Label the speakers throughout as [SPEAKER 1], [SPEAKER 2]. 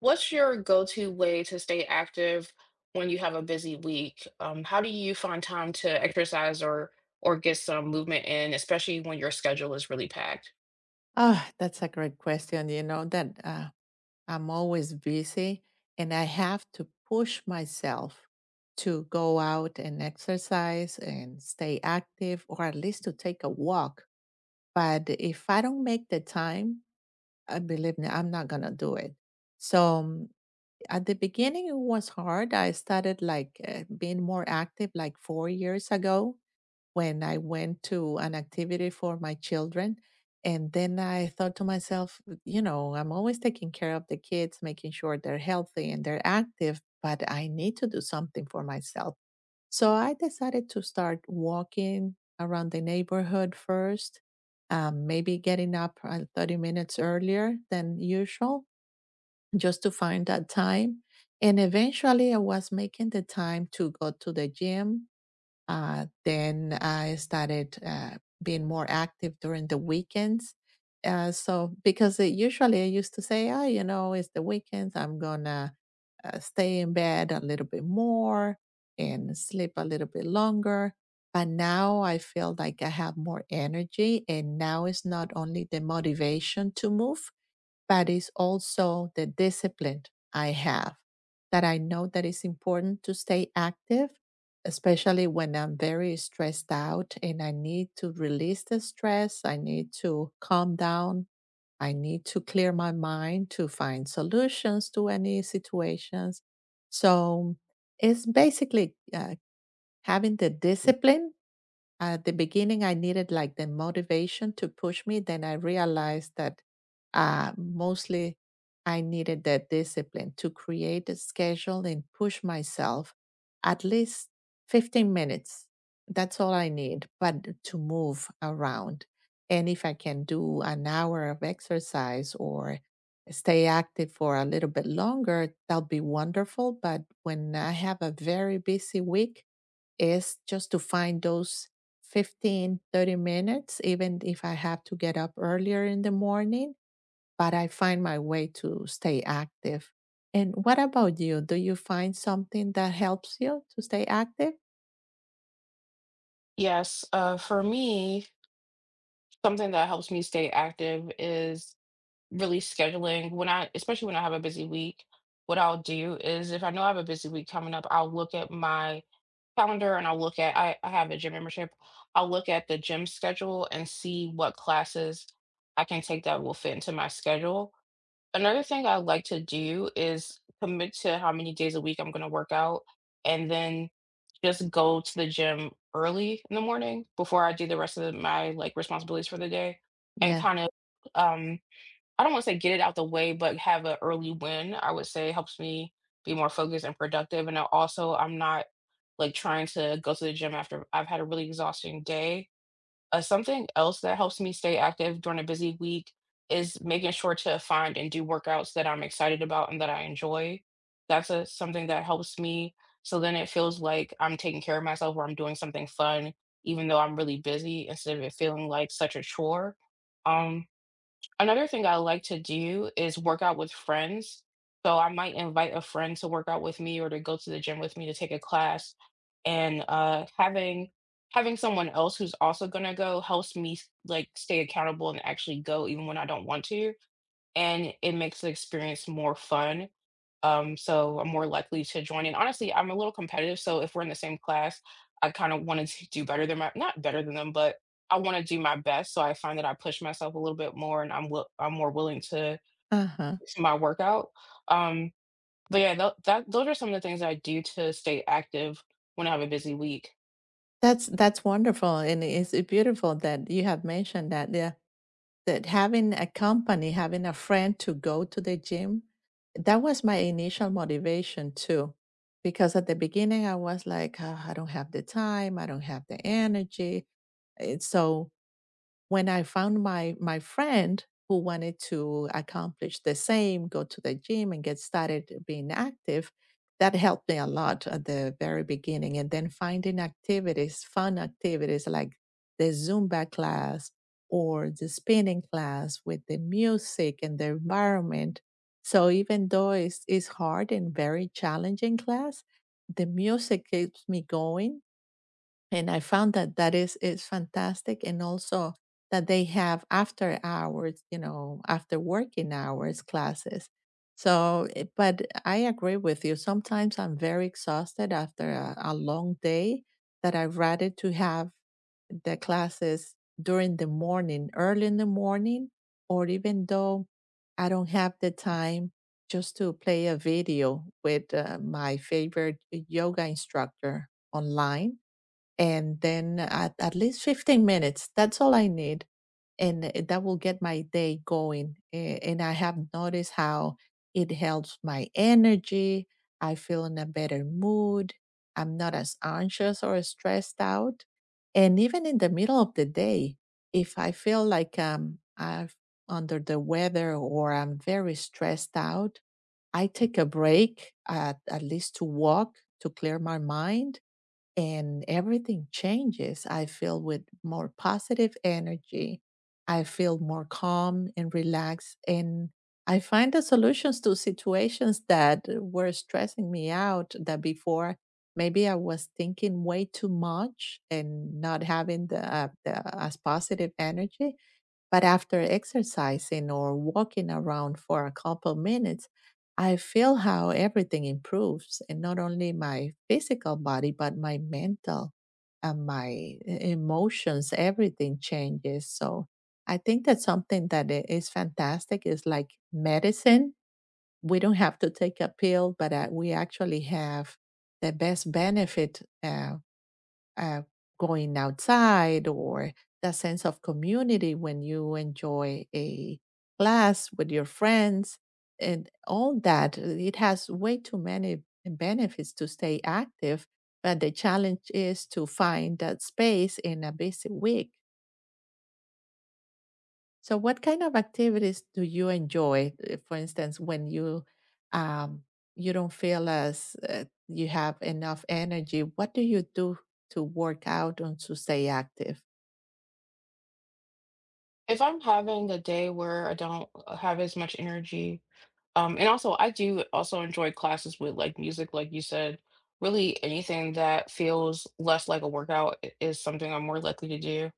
[SPEAKER 1] What's your go-to way to stay active when you have a busy week? How do you find time to exercise or get some movement in, especially when your schedule is really packed?
[SPEAKER 2] Oh, that's a great question. You know that I'm always busy and I have to push myself to go out and exercise and stay active, or at least to take a walk. But if I don't make the time, I believe me, I'm not going to do it. So um, at the beginning, it was hard. I started like being more active like 4 years ago, when I went to an activity for my children. And then I thought to myself, you know, I'm always taking care of the kids, making sure they're healthy and they're active, but I need to do something for myself. So I decided to start walking around the neighborhood first, maybe getting up 30 minutes earlier than usual, just to find that time. And eventually I was making the time to go to the gym, then I started being more active during the weekends. Usually I used to say, oh, you know, it's the weekends, I'm gonna stay in bed a little bit more and sleep a little bit longer. But now I feel like I have more energy, and now it's not only the motivation to move, but it's also the discipline I have, that I know that it's important to stay active, especially when I'm very stressed out and I need to release the stress. I need to calm down. I need to clear my mind to find solutions to any situations. So it's basically having the discipline. At the beginning, I needed like the motivation to push me. Then I realized that mostly I needed the discipline to create a schedule and push myself at least 15 minutes. That's all I need, but to move around. And if I can do an hour of exercise or stay active for a little bit longer, that'll be wonderful. But when I have a very busy week, is just to find those 15-30 minutes, even if I have to get up earlier in the morning, but I find my way to stay active. And what about you? Do you find something that helps you to stay active?
[SPEAKER 1] Yes, for me, something that helps me stay active is really scheduling. Especially when I have a busy week, what I'll do is if I know I have a busy week coming up, I'll look at my calendar and I have a gym membership. I'll look at the gym schedule and see what classes I can take that will fit into my schedule. Another thing I like to do is commit to how many days a week I'm going to work out and then just go to the gym early in the morning before I do the rest of my like responsibilities for the day and
[SPEAKER 2] Yeah.
[SPEAKER 1] kind of um I don't want to say get it out the way, but have an early win, I would say helps me be more focused and productive. And I also, I'm not like trying to go to the gym after I've had a really exhausting day. Something else that helps me stay active during a busy week is making sure to find and do workouts that I'm excited about and that I enjoy. That's something that helps me. So then it feels like I'm taking care of myself or I'm doing something fun, even though I'm really busy, instead of it feeling like such a chore. Um, Another thing I like to do is work out with friends. So I might invite a friend to work out with me or to go to the gym with me to take a class. And having someone else who's also gonna go helps me like stay accountable and actually go even when I don't want to. And it makes the experience more fun. So I'm more likely to join. And honestly, I'm a little competitive. So if we're in the same class, I kind of want to do better than my, not better than them, but I want to do my best. So I find that I push myself a little bit more and I'm more willing
[SPEAKER 2] Uh-huh.
[SPEAKER 1] to my workout. Um, but yeah, those are some of the things I do to stay active when I have a busy week.
[SPEAKER 2] That's wonderful. And it's beautiful that you have mentioned that. Yeah, that having a company, having a friend to go to the gym, that was my initial motivation too. Because at the beginning, I was like, "Ah, I don't have the time, I don't have the energy." and so. When I found my friend who wanted to accomplish the same, go to the gym and get started being active, that helped me a lot at the very beginning. And then finding activities, fun activities like the Zumba class or the spinning class with the music and the environment. So even though it's hard and very challenging class, the music keeps me going, and I found that that is fantastic. And also that they have after hours, you know, after working hours classes. So but I agree with you, sometimes I'm very exhausted after a long day, that I'd rather to have the classes during the morning, early in the morning, or even though I don't have the time, just to play a video with my favorite yoga instructor online, and then at least 15 minutes. That's all I need. And that will get my day going. And I have noticed how it helps my energy. I feel in a better mood. I'm not as anxious or stressed out. And even in the middle of the day, if I feel like I'm under the weather or I'm very stressed out, I take a break, at least to walk to clear my mind, and everything changes. I feel with more positive energy. I feel more calm and relaxed. And I find the solutions to situations that were stressing me out, that before maybe I was thinking way too much and not having the, as positive energy. But after exercising or walking around for a couple minutes, I feel how everything improves, and not only my physical body, but my mental and my emotions, everything changes. So I think that's something that is fantastic. It's like medicine. We don't have to take a pill, but we actually have the best benefit uh, going outside, or that sense of community when you enjoy a class with your friends and all that. It has way too many benefits to stay active, but the challenge is to find that space in a busy week. So, what kind of activities do you enjoy? For instance, when you um, you don't feel as you have enough energy, what do you do to work out and to stay active?
[SPEAKER 1] If I'm having a day where I don't have as much energy, and also, I do also enjoy classes with like music, like you said. Really, anything that feels less like a workout is something I'm more likely to do,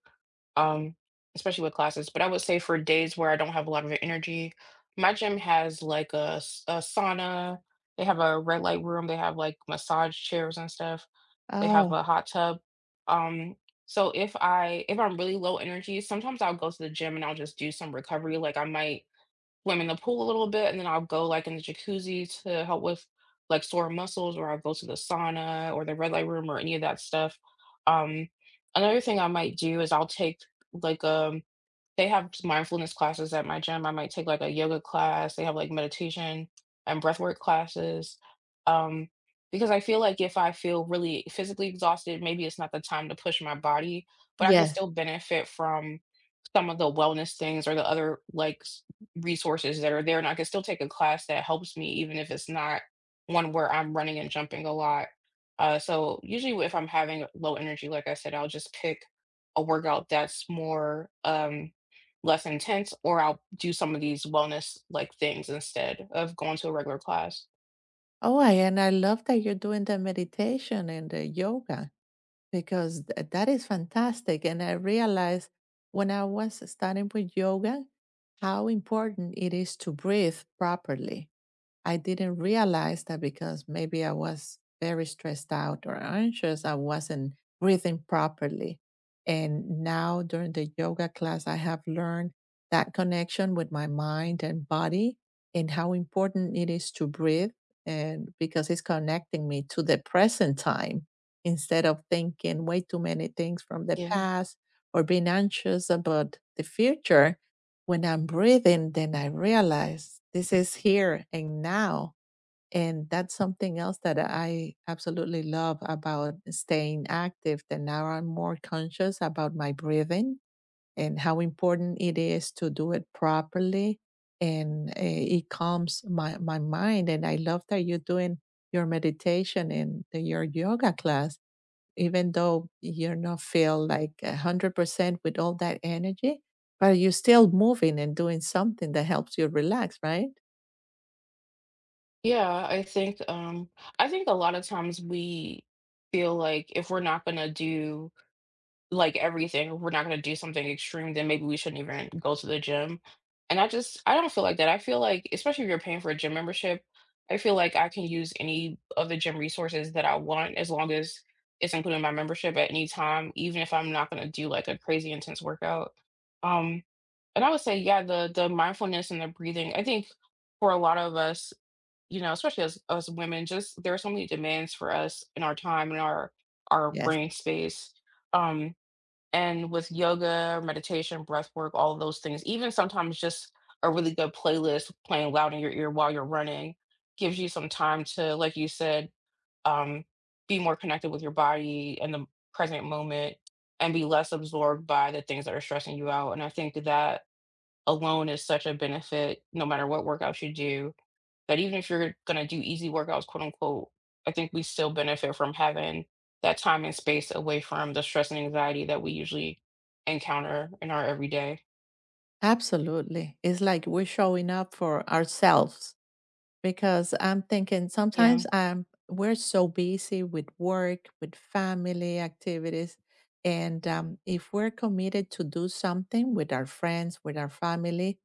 [SPEAKER 1] um, especially with classes. But I would say for days where I don't have a lot of energy, my gym has like a sauna. They have a red light room. They have like massage chairs and stuff. They have
[SPEAKER 2] Oh,
[SPEAKER 1] a hot tub. Um, so if I if I'm really low energy, sometimes I'll go to the gym and I'll just do some recovery. Like I might swim in the pool a little bit, and then I'll go, like, in the jacuzzi to help with, like, sore muscles, or I'll go to the sauna or the red light room or any of that stuff. Um, another thing I might do is I'll take, like, um they have s mindfulness classes at my gym. I might take, like, a yoga class. They have, like, meditation and breathwork classes, um, because I feel like if I feel really physically exhausted, maybe it's not the time to push my body, but I can
[SPEAKER 2] yes.
[SPEAKER 1] still benefit from some of the wellness things or the other like resources that are there, and I can still take a class that helps me even if it's not one where I'm running and jumping a lot. So usually if I'm having low energy, like I said, I'll just pick a workout that's more less intense, or I'll do some of these wellness like things instead of going to a regular class.
[SPEAKER 2] Oh, I and I love that you're doing the meditation and the yoga, because that is fantastic. And I realized, when I was starting with yoga, how important it is to breathe properly. I didn't realize that, because maybe I was very stressed out or anxious, I wasn't breathing properly. And now during the yoga class, I have learned that connection with my mind and body, and how important it is to breathe. And because it's connecting me to the present time, instead of thinking way too many things from the
[SPEAKER 1] yeah
[SPEAKER 2] past or being anxious about the future, when I'm breathing, then I realize this is here and now. And that's something else that I absolutely love about staying active. That now I'm more conscious about my breathing and how important it is to do it properly. And it calms my mind. And I love that you're doing your meditation in your yoga class, even though you're not feel like 100% with all that energy, but you're still moving and doing something that helps you relax, right?
[SPEAKER 1] yeah I think I think a lot of times we feel like if we're not going to do like everything. If we're not gonna do something extreme, then maybe we shouldn't even go to the gym. And I don't feel like that. I feel like, especially if you're paying for a gym membership, I feel like I can use any of the gym resources that I want as long as it's included in my membership at any time, even if I'm not gonna do like a crazy intense workout. Um, and I would say, yeah, the mindfulness and the breathing, I think for a lot of us, especially as women, just there are so many demands for us in our time and our
[SPEAKER 2] Yes,
[SPEAKER 1] brain space. Um, and with yoga, meditation, breath work, all of those things, even sometimes just a really good playlist playing loud in your ear while you're running gives you some time to, like you said, um, be more connected with your body and the present moment and be less absorbed by the things that are stressing you out. And I think that alone is such a benefit no matter what workouts you do, but even if you're gonna do easy workouts, quote unquote, I think we still benefit from having that time and space away from the stress and anxiety that we usually encounter in our everyday.
[SPEAKER 2] absolutely. It's like we're showing up for ourselves. Because I'm thinking
[SPEAKER 1] Yeah,
[SPEAKER 2] sometimes I'm we're so busy with work, with family activities, and if we're committed to do something with our friends, with our family,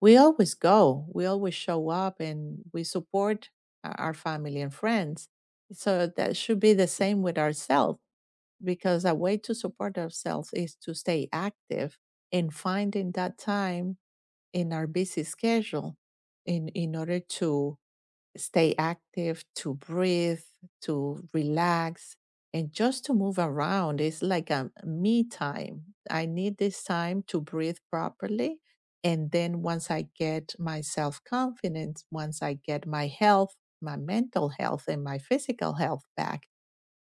[SPEAKER 2] we always go, we always show up, and we support our family and friends. So that should be the same with ourselves, because a way to support ourselves is to stay active, and finding that time in our busy schedule, in order to stay active, to breathe, to relax, and just to move around. It's like a me time. I need this time to breathe properly. And then once I get my self confidence, once I get my health, my mental health, and my physical health back,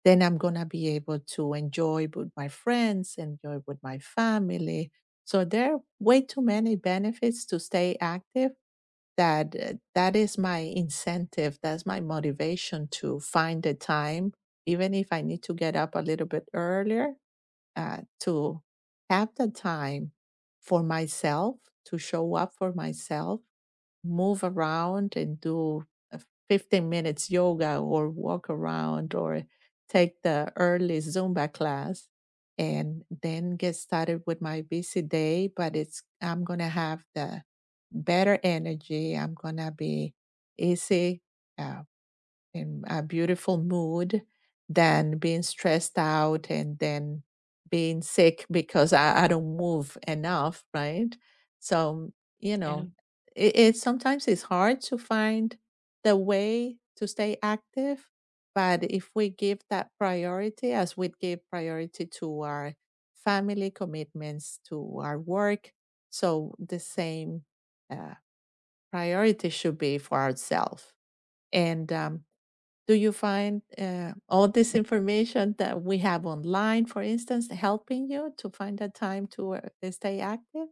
[SPEAKER 2] then I'm going to be able to enjoy with my friends, enjoy with my family. So there are way too many benefits to stay active, that that is my incentive, that's my motivation to find the time, even if I need to get up a little bit earlier, to have the time for myself, to show up for myself, move around and do a 15 minutes yoga or walk around, or take the early Zumba class, and then get started with my busy day. But I'm going to have the better energy. I'm going to be easy. uh, in a beautiful mood, than being stressed out and then being sick because I don't move enough, right? So, you
[SPEAKER 1] yeah.
[SPEAKER 2] know, it sometimes it's hard to find the way to stay active. But if we give that priority as we give priority to our family commitments, to our work, so the same uh, priority should be for ourselves. And do you find all this information that we have online, for instance, helping you to find a time to stay active?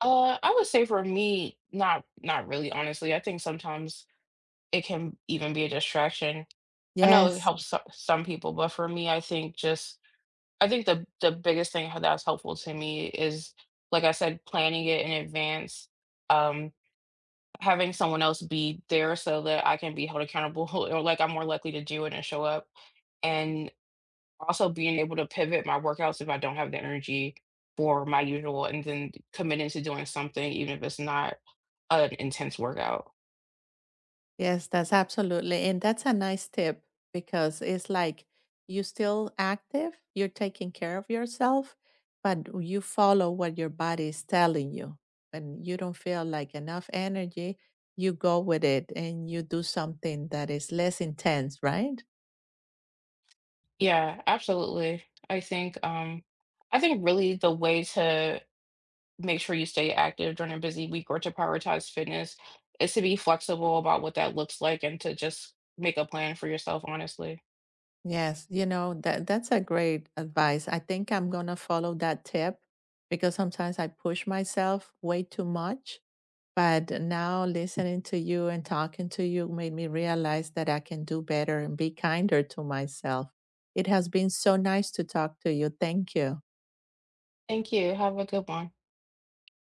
[SPEAKER 1] I would say for me, not really, honestly. I think sometimes it can even be a distraction. I know it
[SPEAKER 2] Yes.
[SPEAKER 1] helps some people, but for me, I think the biggest thing how that's helpful to me is, like I said, planning it in advance. Um, having someone else be there so that I can be held accountable or like I'm more likely to do it and show up. And also being able to pivot my workouts if I don't have the energy for my usual, and then committing to doing something, even if it's not an intense workout.
[SPEAKER 2] Yes, that's absolutely. And that's a nice tip, because it's like you still active, you're taking care of yourself, but you follow what your body is telling you. When you don't feel like enough energy, you go with it and you do something that is less intense, right?
[SPEAKER 1] Yeah, absolutely. I think um I think really the way to make sure you stay active during a busy week or to prioritize fitness is to be flexible about what that looks like and to just make a plan for yourself, honestly.
[SPEAKER 2] Yes, you know, that's a great advice. I think I'm gonna follow that tip, because sometimes I push myself way too much. But now listening to you and talking to you made me realize that I can do better and be kinder to myself. It has been so nice to talk to you. Thank you.
[SPEAKER 1] Thank you. Have a good one.